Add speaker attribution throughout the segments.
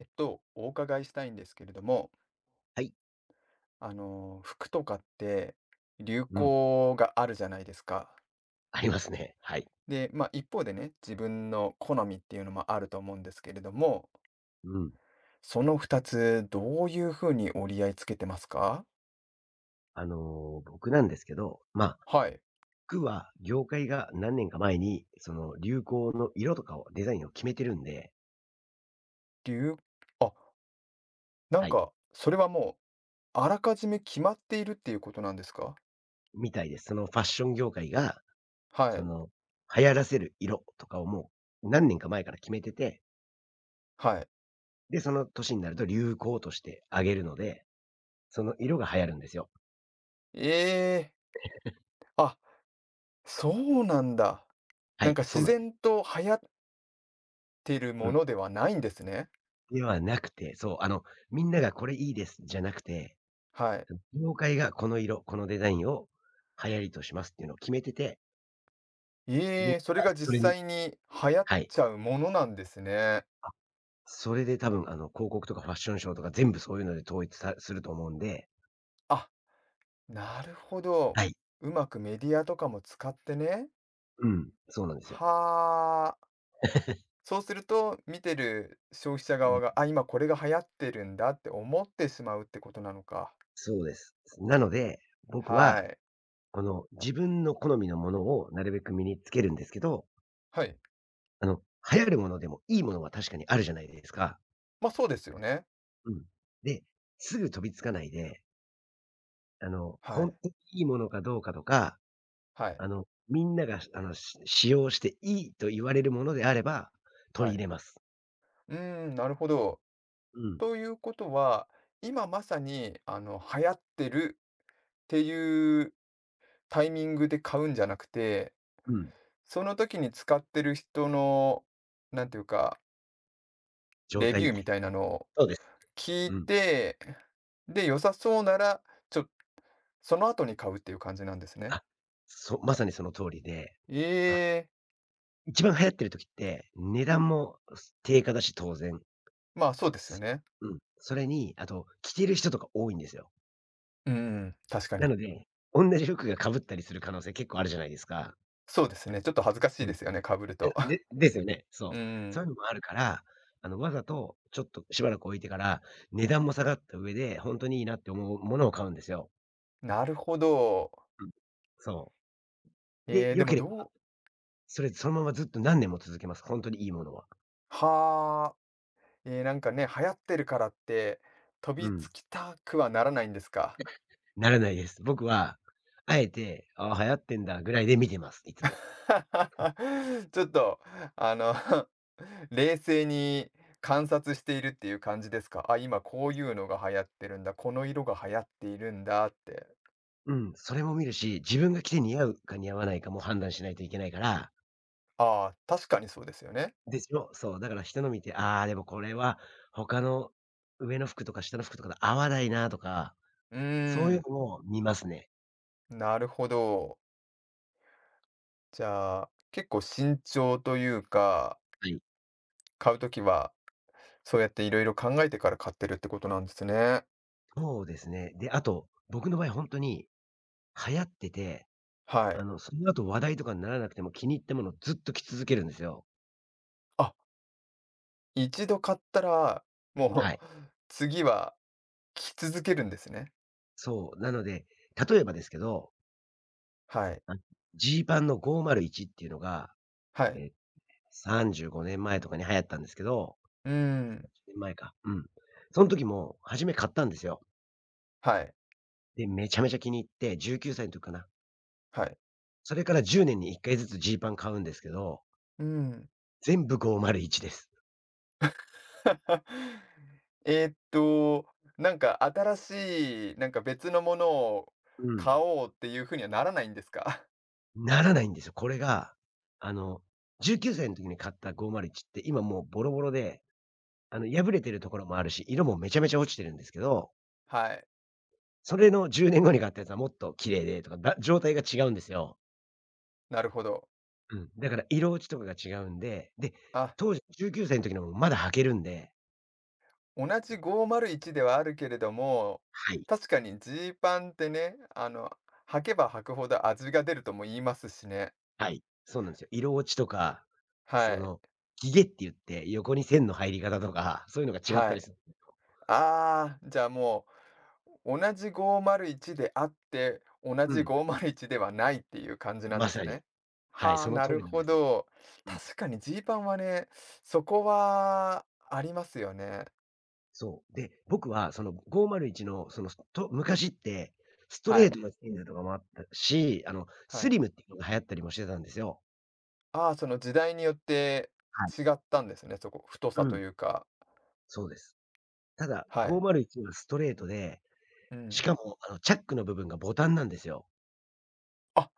Speaker 1: お伺いしたいんですけれども、
Speaker 2: はい。
Speaker 1: 服とかって流
Speaker 2: うん。
Speaker 1: 行があるじゃないですか。
Speaker 2: ありますね。はい。
Speaker 1: で、まあ一方でね、自分の好みっていうのもあると思うんですけれども、
Speaker 2: うん。
Speaker 1: その2つどういうふうに折り合いつけてますか？
Speaker 2: 僕なんですけど、まあ、
Speaker 1: はい。
Speaker 2: 服は業界が何年か前に、その流行の色とかをデザインを決めてるんで、
Speaker 1: 流、あ、なん
Speaker 2: はい、
Speaker 1: か、それはもうあらかじめ決まっているっていうことなんですか？
Speaker 2: みたいです。そのファッション業界が、
Speaker 1: は
Speaker 2: そ
Speaker 1: い。
Speaker 2: の流行らせる色とかをもう何年か前から決めてて、
Speaker 1: はい。
Speaker 2: で、その年になると流行としてあげるので、その色が流行るんですよ。
Speaker 1: ええ、あ、そうなんだ。
Speaker 2: は
Speaker 1: なん
Speaker 2: い、
Speaker 1: か
Speaker 2: そう
Speaker 1: 自
Speaker 2: なんです。
Speaker 1: 然と流行ってる
Speaker 2: う
Speaker 1: も
Speaker 2: ん。
Speaker 1: のではないんですね。
Speaker 2: ではなくて、そう、みんながこれいいですじゃなくて、
Speaker 1: はい。
Speaker 2: 業界がこの色、このデザインを流行りとしますっていうのを決めてて、み
Speaker 1: え
Speaker 2: ん
Speaker 1: え、
Speaker 2: な
Speaker 1: それ
Speaker 2: が
Speaker 1: が
Speaker 2: そ
Speaker 1: 実
Speaker 2: れに。
Speaker 1: 際に流行っ
Speaker 2: はい。
Speaker 1: ちゃうものなんですね。
Speaker 2: あ、それで多分広告とかファッションショーとか全部そういうので統一さすると思うんで。
Speaker 1: あ、なるほど。
Speaker 2: はい。
Speaker 1: うまくメディアとかも使ってね。
Speaker 2: うん、そうなんですよ。
Speaker 1: はあ。そうすると、見てる消費者
Speaker 2: う
Speaker 1: 側
Speaker 2: ん、
Speaker 1: が、あ、今これが流行ってるんだって思ってしまうってことなのか。
Speaker 2: そうです。なので、僕
Speaker 1: は
Speaker 2: は、
Speaker 1: い。
Speaker 2: この自分の好みのものをなるべく身につけるんですけど、
Speaker 1: はい。
Speaker 2: あの、流行るものでもいいものは確かにあるじゃないですか。
Speaker 1: ま、あそうですよね。
Speaker 2: うん。で、すぐ飛びつかないで、
Speaker 1: は
Speaker 2: ほん
Speaker 1: い。
Speaker 2: とにいいものかどうかとか、
Speaker 1: はい。
Speaker 2: みんなが使用していいと言われるものであれば、
Speaker 1: は
Speaker 2: 取り
Speaker 1: い。
Speaker 2: 入れます。
Speaker 1: うーん、なるほど。
Speaker 2: うん、
Speaker 1: ということは、今まさに、流行ってるっていうタイミングで買うんじゃなくて、
Speaker 2: うん。
Speaker 1: その時に使ってる人の、なんていうか、
Speaker 2: 状
Speaker 1: レ
Speaker 2: 態
Speaker 1: ビ
Speaker 2: い
Speaker 1: ュー
Speaker 2: い。
Speaker 1: みたいなのを
Speaker 2: そうです。
Speaker 1: 聞い
Speaker 2: うん。
Speaker 1: て、で、良さそうなら、ちょその後に買うっていう感じなんですね。
Speaker 2: あ、まさにその通りで、
Speaker 1: え
Speaker 2: あ、
Speaker 1: え、
Speaker 2: 一番流行ってる時って、値段も、低価だし、当然。
Speaker 1: まあ、そうですよ
Speaker 2: す
Speaker 1: ね。
Speaker 2: うん。それに、あと、着てる人とか多いんですよ。
Speaker 1: うん、ん、確か
Speaker 2: な
Speaker 1: に。
Speaker 2: ので、おんなじ服が被ったりする可能性結構あるじゃないですか。
Speaker 1: そうですね、ちょっと恥ずかしい
Speaker 2: う
Speaker 1: で
Speaker 2: ん。
Speaker 1: すよね、被ると。
Speaker 2: ですよね。
Speaker 1: う
Speaker 2: そう。そうい
Speaker 1: ん、
Speaker 2: うのもあるから、わざとちょっとしばらく置いてから、値段も下がった上で、ほんとにいいなって思うものを買うんですよ。
Speaker 1: なるほど。
Speaker 2: うん。そう。で、
Speaker 1: で
Speaker 2: 良
Speaker 1: も
Speaker 2: ければ、
Speaker 1: どう
Speaker 2: それそのままずっと何年も続けます。ほんとにいいものは。
Speaker 1: はあ、ええ、なんかね、流行ってるからって飛
Speaker 2: う
Speaker 1: びつ
Speaker 2: ん。
Speaker 1: きたくはならないんですか？
Speaker 2: ならないです。僕は、あえて、ああ、流行ってんだぐらいで見てます、いつも。
Speaker 1: ちょっと、あの、冷静に観察しているっていう感じですか？あ、今こういうのが流行ってるんだ、この色が流行っているんだって。
Speaker 2: うん、それも見るし、自分が着て似合うか似合わないかも判断しないといけないから。
Speaker 1: ああ、確かにそうですよね。
Speaker 2: ですよ。そう、だから人の見て、ああ、でもこれは他の上の服とか下の服とかと合わないなとか、
Speaker 1: うー
Speaker 2: そういう
Speaker 1: ん、
Speaker 2: のも見ますね。
Speaker 1: なるほど。じゃあ、結構慎重というか、
Speaker 2: はい。
Speaker 1: 買うときはそうやっていろいろ考えてから買ってるってことなんですね。
Speaker 2: そうですね。で、あと、僕の場合ほんとに流行ってて、
Speaker 1: はい。
Speaker 2: その後話題とかにならなくても気に入ったものをずっと着続けるんですよ。
Speaker 1: あ、一度買ったら、も
Speaker 2: は
Speaker 1: う
Speaker 2: い。
Speaker 1: 次は着続けるんですね。
Speaker 2: そう、なので、例えばですけど、
Speaker 1: はい、
Speaker 2: あ、ジーパンの501っていうのが、
Speaker 1: はい。
Speaker 2: え、35年前とかに流行ったんですけど、
Speaker 1: うーん。
Speaker 2: 前か、うん。そん時も初め買ったんですよ。
Speaker 1: はい、
Speaker 2: で、めちゃめちゃ気に入って、19歳の時かな。
Speaker 1: はい。
Speaker 2: それから10年に1回ずつジーパン買うんですけど、
Speaker 1: うーん。
Speaker 2: 全部501です。
Speaker 1: えーっと、なんか新しい、なんか別のものを
Speaker 2: うん。
Speaker 1: 買おうっていうふうにはならないんですか？
Speaker 2: ならないんですよ。これが、あの、19歳の時に買った501って今もうボロボロで、破れてるところもあるし、色もめちゃめちゃ落ちてるんですけど、
Speaker 1: はい、
Speaker 2: それの10年後に買ったやつはもっと綺麗でとか、状態が違うんですよ。
Speaker 1: なるほど。
Speaker 2: うん。だから色落ちとかが違うんで、で、
Speaker 1: あ、
Speaker 2: 当時19歳の時のもまだ履けるんで。
Speaker 1: 同じ501ではあるけれども、
Speaker 2: はい、
Speaker 1: 確かにジーパンってね、履けば履くほど味が出るとも言いますしね。
Speaker 2: はい。そうなんですよ。色落ちとか、
Speaker 1: は
Speaker 2: そ
Speaker 1: い、
Speaker 2: の、ギゲって言って横に線の入り方とか、そういうのが違った
Speaker 1: は
Speaker 2: り
Speaker 1: い。
Speaker 2: する。
Speaker 1: ああ、じゃあもう同じ501であって、同
Speaker 2: う
Speaker 1: じ
Speaker 2: ん、
Speaker 1: 501ではないっていう感じなん
Speaker 2: ま
Speaker 1: です
Speaker 2: さに。
Speaker 1: ね。
Speaker 2: はい、
Speaker 1: はあ、
Speaker 2: その
Speaker 1: な
Speaker 2: 通
Speaker 1: る
Speaker 2: りなん
Speaker 1: ほ
Speaker 2: です。
Speaker 1: ど。
Speaker 2: うん。
Speaker 1: 確かにジーパンはね、そこはありますよね。
Speaker 2: そう。で、僕はその501のその、昔って、スト
Speaker 1: は
Speaker 2: レー
Speaker 1: い、
Speaker 2: トがスタイルとかもあったし、
Speaker 1: は
Speaker 2: ス
Speaker 1: い。
Speaker 2: リムっていうのが流行ったりもしてたんですよ。
Speaker 1: ああ、その時代によって
Speaker 2: は
Speaker 1: 違
Speaker 2: い。
Speaker 1: ったんですね、そこ。太
Speaker 2: う
Speaker 1: さと
Speaker 2: ん。
Speaker 1: いうか。
Speaker 2: そうです。ただ、
Speaker 1: はい。
Speaker 2: 501はストレートで、
Speaker 1: う
Speaker 2: し
Speaker 1: ん。
Speaker 2: かもチャックの部分がボタンなんですよ。
Speaker 1: あ、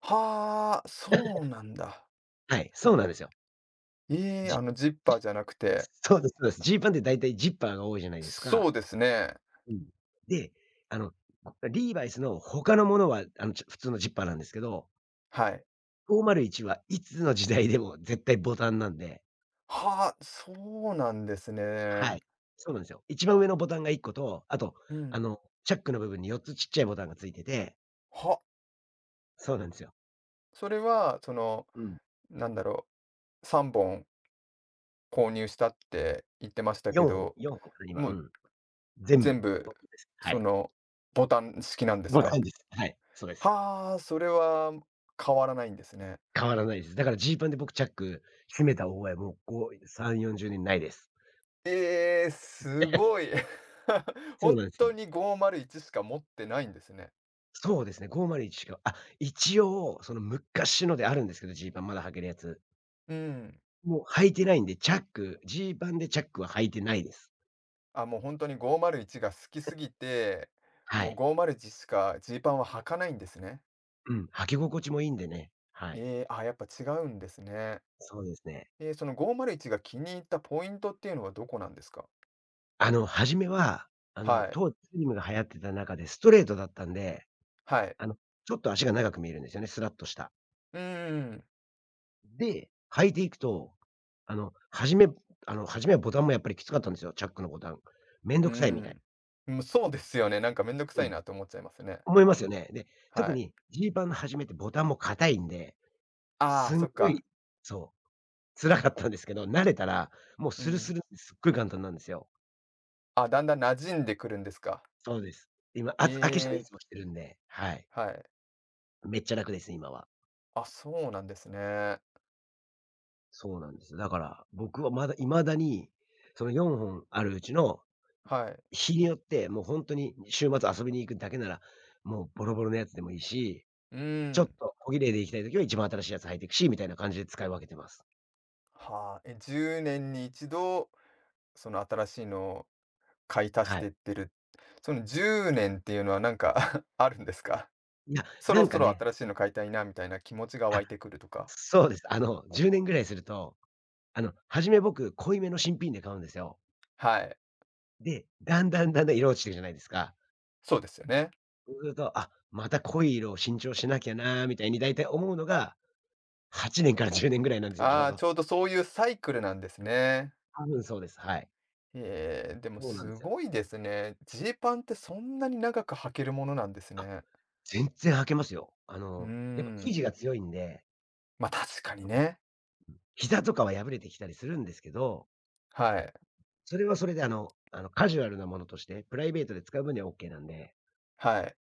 Speaker 1: はあ、そうなんだ。
Speaker 2: はい、そうなんですよ。
Speaker 1: ええ、
Speaker 2: じ
Speaker 1: あのジッパー
Speaker 2: じ
Speaker 1: じゃなくて。
Speaker 2: そうですそうです。ジーパンって大体ジッパーが多いじゃないです
Speaker 1: そ
Speaker 2: か。
Speaker 1: うですね。
Speaker 2: うん。で、あの、リーバイスの他のものは、普通のジッパーなんですけど、
Speaker 1: はい。
Speaker 2: 501はいつの時代でも絶対ボタンなんで。
Speaker 1: はあ、そうなんです
Speaker 2: は
Speaker 1: ね。
Speaker 2: い。そうなんですよ。一番上のボタンが一個と、あと、
Speaker 1: うん。
Speaker 2: チャックの部分に4つちっちゃいボタンがついてて、
Speaker 1: は
Speaker 2: そうなんですよ。
Speaker 1: それは、
Speaker 2: うん。
Speaker 1: なんだろう、3本購入したって言ってましたけ
Speaker 2: 4本、
Speaker 1: ど、
Speaker 2: 4から今、う
Speaker 1: もう
Speaker 2: ん。全
Speaker 1: 全
Speaker 2: 部、ボ
Speaker 1: 部、
Speaker 2: タンです。は
Speaker 1: そ
Speaker 2: い。
Speaker 1: の、ボタン式なんです
Speaker 2: ボタ
Speaker 1: か？
Speaker 2: ンです。はい。そうです。
Speaker 1: はあ、それは変わらないんですね。
Speaker 2: 変わらないです。だからジーパンで僕チャック閉めた覚えもう、こう3、40年ないです。
Speaker 1: ええ、すごい。
Speaker 2: そう
Speaker 1: 本
Speaker 2: なんです
Speaker 1: 当
Speaker 2: よ。
Speaker 1: に501しか持ってないんですね。
Speaker 2: そうですね、501しか、あ、一応、その昔のであるんですけど、ジーパンまだ履けるやつ。
Speaker 1: うん。
Speaker 2: もう履いてないんで、チャックジーパンでチャックは履いてないです。
Speaker 1: あ、もう本当に501が好きすぎて、
Speaker 2: は
Speaker 1: もう
Speaker 2: い。
Speaker 1: 501しかジーパンは履かないんですね。
Speaker 2: うん、履き心地もいいんでね。はい。
Speaker 1: ええ、あ、やっぱ違うんですね。
Speaker 2: そうですね。
Speaker 1: その501が気に入ったポイントっていうのはどこなんですか？
Speaker 2: 初めは、
Speaker 1: はい。
Speaker 2: 当時スリムが流行ってた中でストレートだったんで、
Speaker 1: はい。
Speaker 2: あの、ちょっと足が長く見えるんですよね、スラッとした。
Speaker 1: うーん。
Speaker 2: で、履いていくと、あの、初め初めはボタンもやっぱりきつかったんですよ、チャックのボタン。めん
Speaker 1: う
Speaker 2: ど
Speaker 1: ー
Speaker 2: くさいみたい。
Speaker 1: ん。うん、そうですよね。なんかめんどくさ
Speaker 2: う
Speaker 1: い
Speaker 2: ん、
Speaker 1: なと思っちゃいますね。
Speaker 2: 思いますよね。で、特
Speaker 1: はい。
Speaker 2: にジーパンの初めってボタンも硬いんで、
Speaker 1: ああ、
Speaker 2: すん
Speaker 1: そっ
Speaker 2: ご
Speaker 1: か。
Speaker 2: いそう、辛かったんですけど、慣れたら、もう
Speaker 1: う
Speaker 2: スル
Speaker 1: ん。
Speaker 2: スルってすっごい簡単なんですよ。
Speaker 1: あ、だんだん馴染んでくるんですか。
Speaker 2: そうです。今、
Speaker 1: え
Speaker 2: 秋しにい
Speaker 1: え、
Speaker 2: つもしてるんで、はい。
Speaker 1: はい。
Speaker 2: めっちゃ楽ですね、今は。
Speaker 1: あ、そうなんですね。
Speaker 2: そうなんです。だから、僕はまだ未だに、その4本あるうちの、
Speaker 1: はい。
Speaker 2: 日によって、もうほんとに週末遊びに行くだけなら、もうボロボロのやつでもいいし、
Speaker 1: う
Speaker 2: ちょっ
Speaker 1: ん。
Speaker 2: と小綺麗で行きたい時は一番新しいやつ履いてくし、みたいな感じで使い分けてます。
Speaker 1: はあ、え、10年に一度、その新しいのを買い足し
Speaker 2: は
Speaker 1: て
Speaker 2: い。
Speaker 1: ってる。その10年っていうのはなんか あるんですか？
Speaker 2: いや、
Speaker 1: そ
Speaker 2: な
Speaker 1: ろ
Speaker 2: ん
Speaker 1: そ
Speaker 2: か
Speaker 1: ろ
Speaker 2: ね、
Speaker 1: 新しいの買いたいなみたいな気持ちが湧
Speaker 2: あ、
Speaker 1: いてくるとか。
Speaker 2: そうです。10年ぐらいすると、初め僕、濃いめの新品で買うんですよ。
Speaker 1: はい。
Speaker 2: で、だんだんだんだん色落ちてくじゃないですか。
Speaker 1: そうですよね。
Speaker 2: そうすると、あ、また濃い色を新調しなきゃなみたいに大体思うのが、8年から10年ぐらいなんですよ、ちょ
Speaker 1: あ
Speaker 2: う
Speaker 1: あ、
Speaker 2: ど。
Speaker 1: ちょうどそういうサイクルなんですね。
Speaker 2: 多分そうです。はい。
Speaker 1: ええ、でも
Speaker 2: そうなん
Speaker 1: す
Speaker 2: ですよ。
Speaker 1: ごいですね。ジーパンってそんなに長く履けるものなんです
Speaker 2: あ、
Speaker 1: ね。
Speaker 2: 全然履けますよ。
Speaker 1: うー
Speaker 2: やっぱ生
Speaker 1: ん。
Speaker 2: 地が強いんで、
Speaker 1: ま、あ確かにね。
Speaker 2: 膝とかは破れてきたりするんですけど、
Speaker 1: はい。
Speaker 2: それはそれでカジュアルなものとして、プライベートで使う分にはオッケーなんで、
Speaker 1: はい。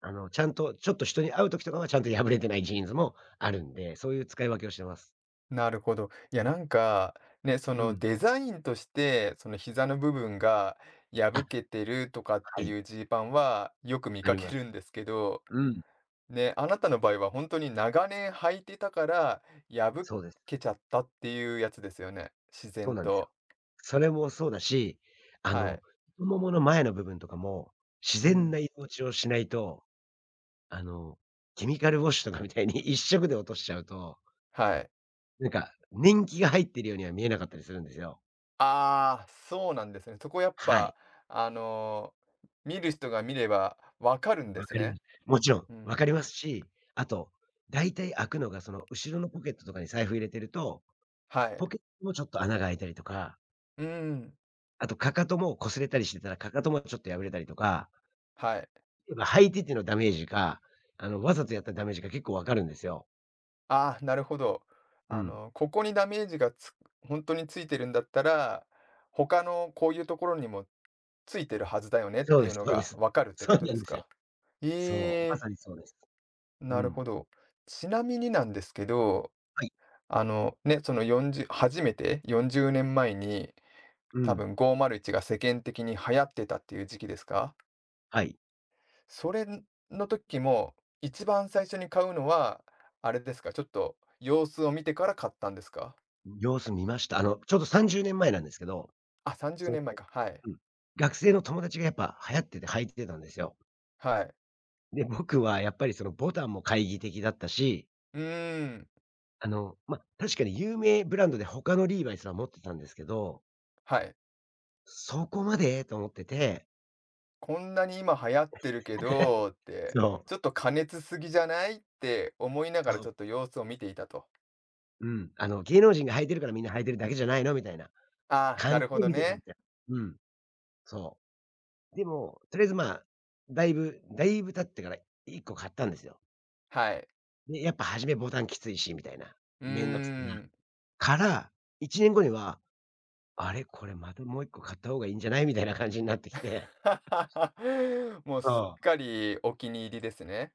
Speaker 2: ちゃんとちょっと人に会う時とかはちゃんと破れてないジーンズもあるんで、そういう使い分けをしてます。
Speaker 1: なるほど。いや、なんか、ね、そ
Speaker 2: う
Speaker 1: の
Speaker 2: ん。
Speaker 1: デザインとして、その膝の部分が破
Speaker 2: あ、
Speaker 1: けてるとかっ
Speaker 2: は
Speaker 1: て
Speaker 2: い、
Speaker 1: いうジーパンはよく見
Speaker 2: あ
Speaker 1: か
Speaker 2: り
Speaker 1: け
Speaker 2: ま
Speaker 1: る
Speaker 2: す。
Speaker 1: んですけど
Speaker 2: うん、
Speaker 1: ね、あなたの場合は本当に長年履いてたから、破
Speaker 2: そうです。
Speaker 1: けちゃったっていうやつですよね？自
Speaker 2: そう
Speaker 1: 然
Speaker 2: なんですよ。
Speaker 1: と。
Speaker 2: それもそうだし、あ
Speaker 1: は
Speaker 2: の、
Speaker 1: い。
Speaker 2: 太ももの前の部分とかも、自
Speaker 1: う
Speaker 2: 然な
Speaker 1: ん。
Speaker 2: 色落ちをしないと、あの、ケミカルウォッシュとかみたいに 一色で落としちゃうと、
Speaker 1: はい。
Speaker 2: なんか年季が入ってるようには見えなかったりするんですよ。
Speaker 1: ああ、そうなんですね。そこやっ
Speaker 2: はい。
Speaker 1: ぱ、あの、見る人が見ればわかるんで
Speaker 2: わ
Speaker 1: す
Speaker 2: かりま
Speaker 1: ね。
Speaker 2: す。もちろん
Speaker 1: うん。
Speaker 2: 分かりますし、あと、だいたい開くのがその後ろのポケットとかに財布入れてると、
Speaker 1: はい。
Speaker 2: ポケットもちょっと穴が開いたりとか、
Speaker 1: うーん。
Speaker 2: あとかかとも擦れたりしてたら、かかともちょっと破れたりとか、
Speaker 1: はい。
Speaker 2: やっぱ履いててのダメージか、わざとやったダメージか結構わかるんですよ。
Speaker 1: ああ、なるほど。
Speaker 2: うん。
Speaker 1: ここにダメージがつ本当についてるんだったら、他のこういうところにもついてるはずだよねっ
Speaker 2: そう
Speaker 1: てい
Speaker 2: で
Speaker 1: う
Speaker 2: す
Speaker 1: の
Speaker 2: そうで
Speaker 1: が
Speaker 2: す。
Speaker 1: わかるって
Speaker 2: そ
Speaker 1: こ
Speaker 2: う
Speaker 1: と
Speaker 2: な
Speaker 1: で
Speaker 2: ん
Speaker 1: す
Speaker 2: ですよ。
Speaker 1: か？え
Speaker 2: そう、ま
Speaker 1: え、
Speaker 2: さにそうです。う
Speaker 1: なる
Speaker 2: ん。
Speaker 1: ほど。ちなみになんですけど、
Speaker 2: はい。
Speaker 1: あのね、その40初めて40年前に、
Speaker 2: う
Speaker 1: 多
Speaker 2: ん。
Speaker 1: 分501が世間的に流行ってたっていう時期ですか？
Speaker 2: はい。
Speaker 1: それの時も、一番最初に買うのは、あれですか、ちょっと様子を見てから買ったんですか？
Speaker 2: 様子見ました。ちょうど30年前なんですけど、
Speaker 1: あ、30
Speaker 2: その
Speaker 1: 年前か。はい。
Speaker 2: うん、学生の友達がやっぱ流行ってて履いてたんですよ。
Speaker 1: はい。
Speaker 2: で、僕はやっぱりそのボタンも懐疑的だったし、
Speaker 1: うーん、
Speaker 2: ま、確かに有名ブランドで他のリーバイスは持ってたんですけど、
Speaker 1: はい。
Speaker 2: そこまでと思ってて、
Speaker 1: こんなに今流行ってるけどって、
Speaker 2: そう、
Speaker 1: ちょっと過熱すぎじゃないって思いながら
Speaker 2: そ
Speaker 1: ちょっと
Speaker 2: う、
Speaker 1: 様子を見ていたと。
Speaker 2: うん、芸能人が履いてるからみんな履いてるだけじゃないのみたいな
Speaker 1: ああ、な
Speaker 2: 感じ
Speaker 1: るほ
Speaker 2: で
Speaker 1: ど
Speaker 2: 見てたんで
Speaker 1: ね。
Speaker 2: すよ。うん、そう。でも、とりあえず、まあ、だいぶだいぶ経ってから1個買ったんですよ。
Speaker 1: はい。
Speaker 2: で、やっぱ初めボタンきついしみたいな、
Speaker 1: うー
Speaker 2: めんどくせえな。
Speaker 1: ん。
Speaker 2: から、1年後には、あれ、これまたもう1個買った方がいいんじゃないみたいな感じになってきて。
Speaker 1: もう
Speaker 2: そ
Speaker 1: すっ
Speaker 2: う。
Speaker 1: かりお気に入りですね。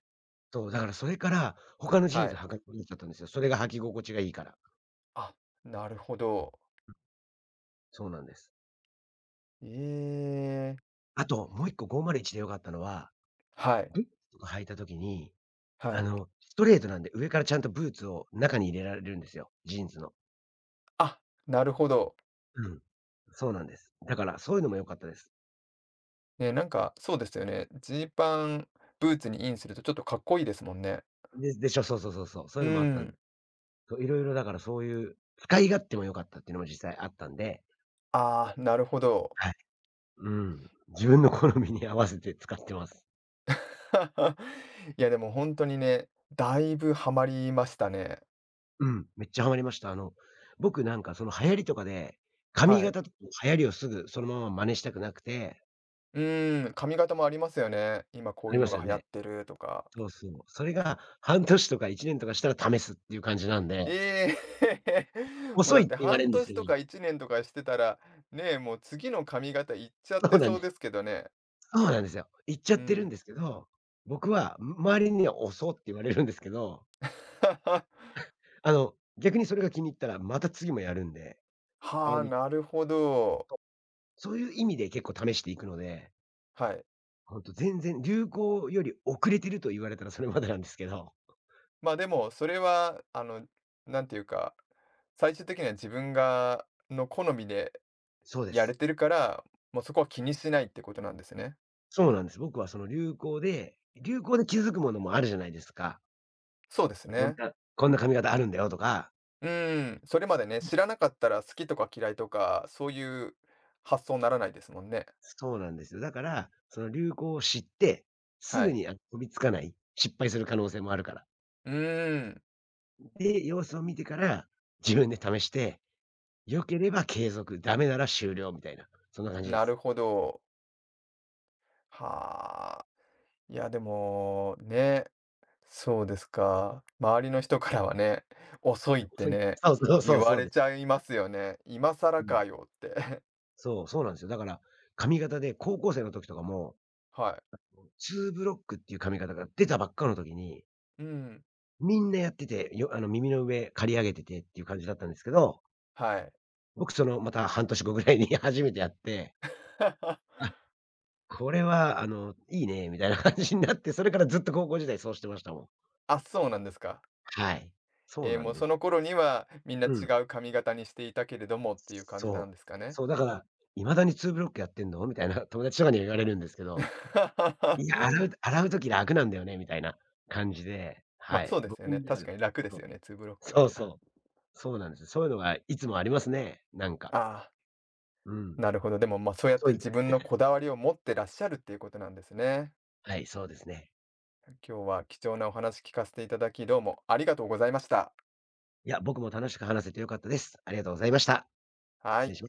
Speaker 2: そう、だからそれから、他のジーン
Speaker 1: は
Speaker 2: ズ
Speaker 1: い。
Speaker 2: 履かなくなっちゃったんですよ。それが履き心地がいいから。
Speaker 1: あ、なるほど。
Speaker 2: そうなんです。
Speaker 1: ええ。
Speaker 2: あと、もう
Speaker 1: い
Speaker 2: 1個501で良かったのは、
Speaker 1: はい、
Speaker 2: ブーツとか履いた時に、
Speaker 1: はい。
Speaker 2: ストレートなんで、上からちゃんとブーツを中に入れられるんですよ、ジーンズの。
Speaker 1: あ、なるほど。
Speaker 2: うん。そうなんです。だからそういうのも良かったです。
Speaker 1: ね、なんかそうですよね。ジーパン、ブーツにインするとちょっとかっこいいですもんね。
Speaker 2: でしょ、そうそうそうそう。そうい
Speaker 1: う
Speaker 2: うのもあ
Speaker 1: ー
Speaker 2: ったん
Speaker 1: ん。
Speaker 2: と、色々だからそういう使い勝手も良かったっていうのも実際あったんで、
Speaker 1: ああ、なるほど。
Speaker 2: はい。うん、自分の好みに合わせて使ってます。
Speaker 1: いや、でも本当にね、だいぶハマりましたね。
Speaker 2: うん、めっちゃハマりました。僕なんかその流行りとかで、髪
Speaker 1: はい。
Speaker 2: 型とか流行りをすぐそのまま真似したくなくて、
Speaker 1: うーん、髪型もありますよね。今こ
Speaker 2: あ
Speaker 1: うい
Speaker 2: り
Speaker 1: う
Speaker 2: ま
Speaker 1: の
Speaker 2: す
Speaker 1: が
Speaker 2: よ
Speaker 1: 流行っ
Speaker 2: ね。
Speaker 1: てるとか。
Speaker 2: そうそう。それが半年とか1年とかしたら試すっていう感じなんで、
Speaker 1: ええ もう
Speaker 2: 遅
Speaker 1: だ
Speaker 2: い
Speaker 1: っ
Speaker 2: って
Speaker 1: て
Speaker 2: 言われ
Speaker 1: 半
Speaker 2: るんです
Speaker 1: 年
Speaker 2: けど、
Speaker 1: とか1年とかしてたら、ねえ、もう次の髪型いっちゃっ
Speaker 2: そ
Speaker 1: て
Speaker 2: うなん
Speaker 1: そう
Speaker 2: で
Speaker 1: で
Speaker 2: す。
Speaker 1: すけどね。
Speaker 2: そうなんですよ。行っちゃ
Speaker 1: う
Speaker 2: ってるん
Speaker 1: ん。
Speaker 2: ですけど、僕は周りには遅って言われるんですけど、逆にそれが気に入ったら、また次もやるんで、流
Speaker 1: は
Speaker 2: 行
Speaker 1: あ、
Speaker 2: り
Speaker 1: なるほど。
Speaker 2: そういう意味で結構試していくので、
Speaker 1: はい。
Speaker 2: ほんと全然流行より遅れてると言われたらそれまでなんですけど。
Speaker 1: まあ、でも、それは、なんていうか、最終的には自分がの好みで
Speaker 2: そうで
Speaker 1: やれ
Speaker 2: す。
Speaker 1: てるから、もうそこは気にしないってことなんですね。
Speaker 2: そうなんです。僕はその流行で気づくものもあるじゃないですか。
Speaker 1: そうです
Speaker 2: こん
Speaker 1: ね。
Speaker 2: なこんな髪型あるんだよとか。
Speaker 1: うーん、それまでね、知らなかったら好きとか嫌いとか、そういう発想にならないですもんね。
Speaker 2: そうなんですよ。だから、その流行を知って、す
Speaker 1: は
Speaker 2: ぐ
Speaker 1: い。
Speaker 2: に、あ、飛びつかない、失敗する可能性もあるから。
Speaker 1: うーん、
Speaker 2: で、様子を見てから、自分で試して、良ければ継続、ダメなら終了みたいな、そんな感じで
Speaker 1: なる
Speaker 2: す。
Speaker 1: ほど。はあ。いや、でも、ね、そうですか。周りの人からはね、遅いって
Speaker 2: そうい
Speaker 1: ね、
Speaker 2: そうそうそ
Speaker 1: 言
Speaker 2: う
Speaker 1: わ
Speaker 2: そう
Speaker 1: れ
Speaker 2: です。
Speaker 1: ちゃいますよね。今
Speaker 2: う
Speaker 1: 更
Speaker 2: ん。
Speaker 1: かよって。
Speaker 2: そう、そうなんですよ。だから、髪型で高校生の時とかも、
Speaker 1: はい。
Speaker 2: ツーブロックっていう髪型が出たばっかの時に、
Speaker 1: うん、
Speaker 2: みんなやってて、よあの、耳の上刈り上げててっていう感じだったんですけど、
Speaker 1: はい。
Speaker 2: 僕また半年後ぐらいに 初めてやって、あ、これはいいねみたいな感じになって、それからずっと高校時代そうしてましたもん。
Speaker 1: あ、そうなんですか。
Speaker 2: はい。そうな
Speaker 1: も
Speaker 2: ん
Speaker 1: う
Speaker 2: で
Speaker 1: そ
Speaker 2: す。
Speaker 1: の頃にはみんな
Speaker 2: う
Speaker 1: 違
Speaker 2: ん。
Speaker 1: う髪型にしていたけれどもっていう感じな
Speaker 2: そ
Speaker 1: ん
Speaker 2: う。
Speaker 1: ですかね。
Speaker 2: そう、だから、「未だにツーブロックやってんの？」みたいな 友達とかには言われるんですけど、「いや、洗 う洗う時楽なんだよね」みたいな感じで、
Speaker 1: ま、あ
Speaker 2: はい、
Speaker 1: そうですよ
Speaker 2: 僕
Speaker 1: ね。
Speaker 2: ん中
Speaker 1: 確
Speaker 2: で
Speaker 1: か
Speaker 2: は
Speaker 1: に楽で
Speaker 2: そ
Speaker 1: す
Speaker 2: う。
Speaker 1: よね、ツーブロック
Speaker 2: そう
Speaker 1: は。
Speaker 2: そう。そうなんです。そういうのがいつもありますね、なんか。
Speaker 1: ああ、
Speaker 2: うん。
Speaker 1: なるほど。でも、ま、そうやっ
Speaker 2: 遅
Speaker 1: て
Speaker 2: い
Speaker 1: 自分のこだわりを持ってらっしゃるっていうことなんですね。
Speaker 2: はい、そうですね。
Speaker 1: 今日は貴重なお話聞かせていただき、どうもありがとうございました。
Speaker 2: いや、僕も楽しく話せて良かったです。ありがとうございました。
Speaker 1: は
Speaker 2: 失
Speaker 1: い。
Speaker 2: 礼します。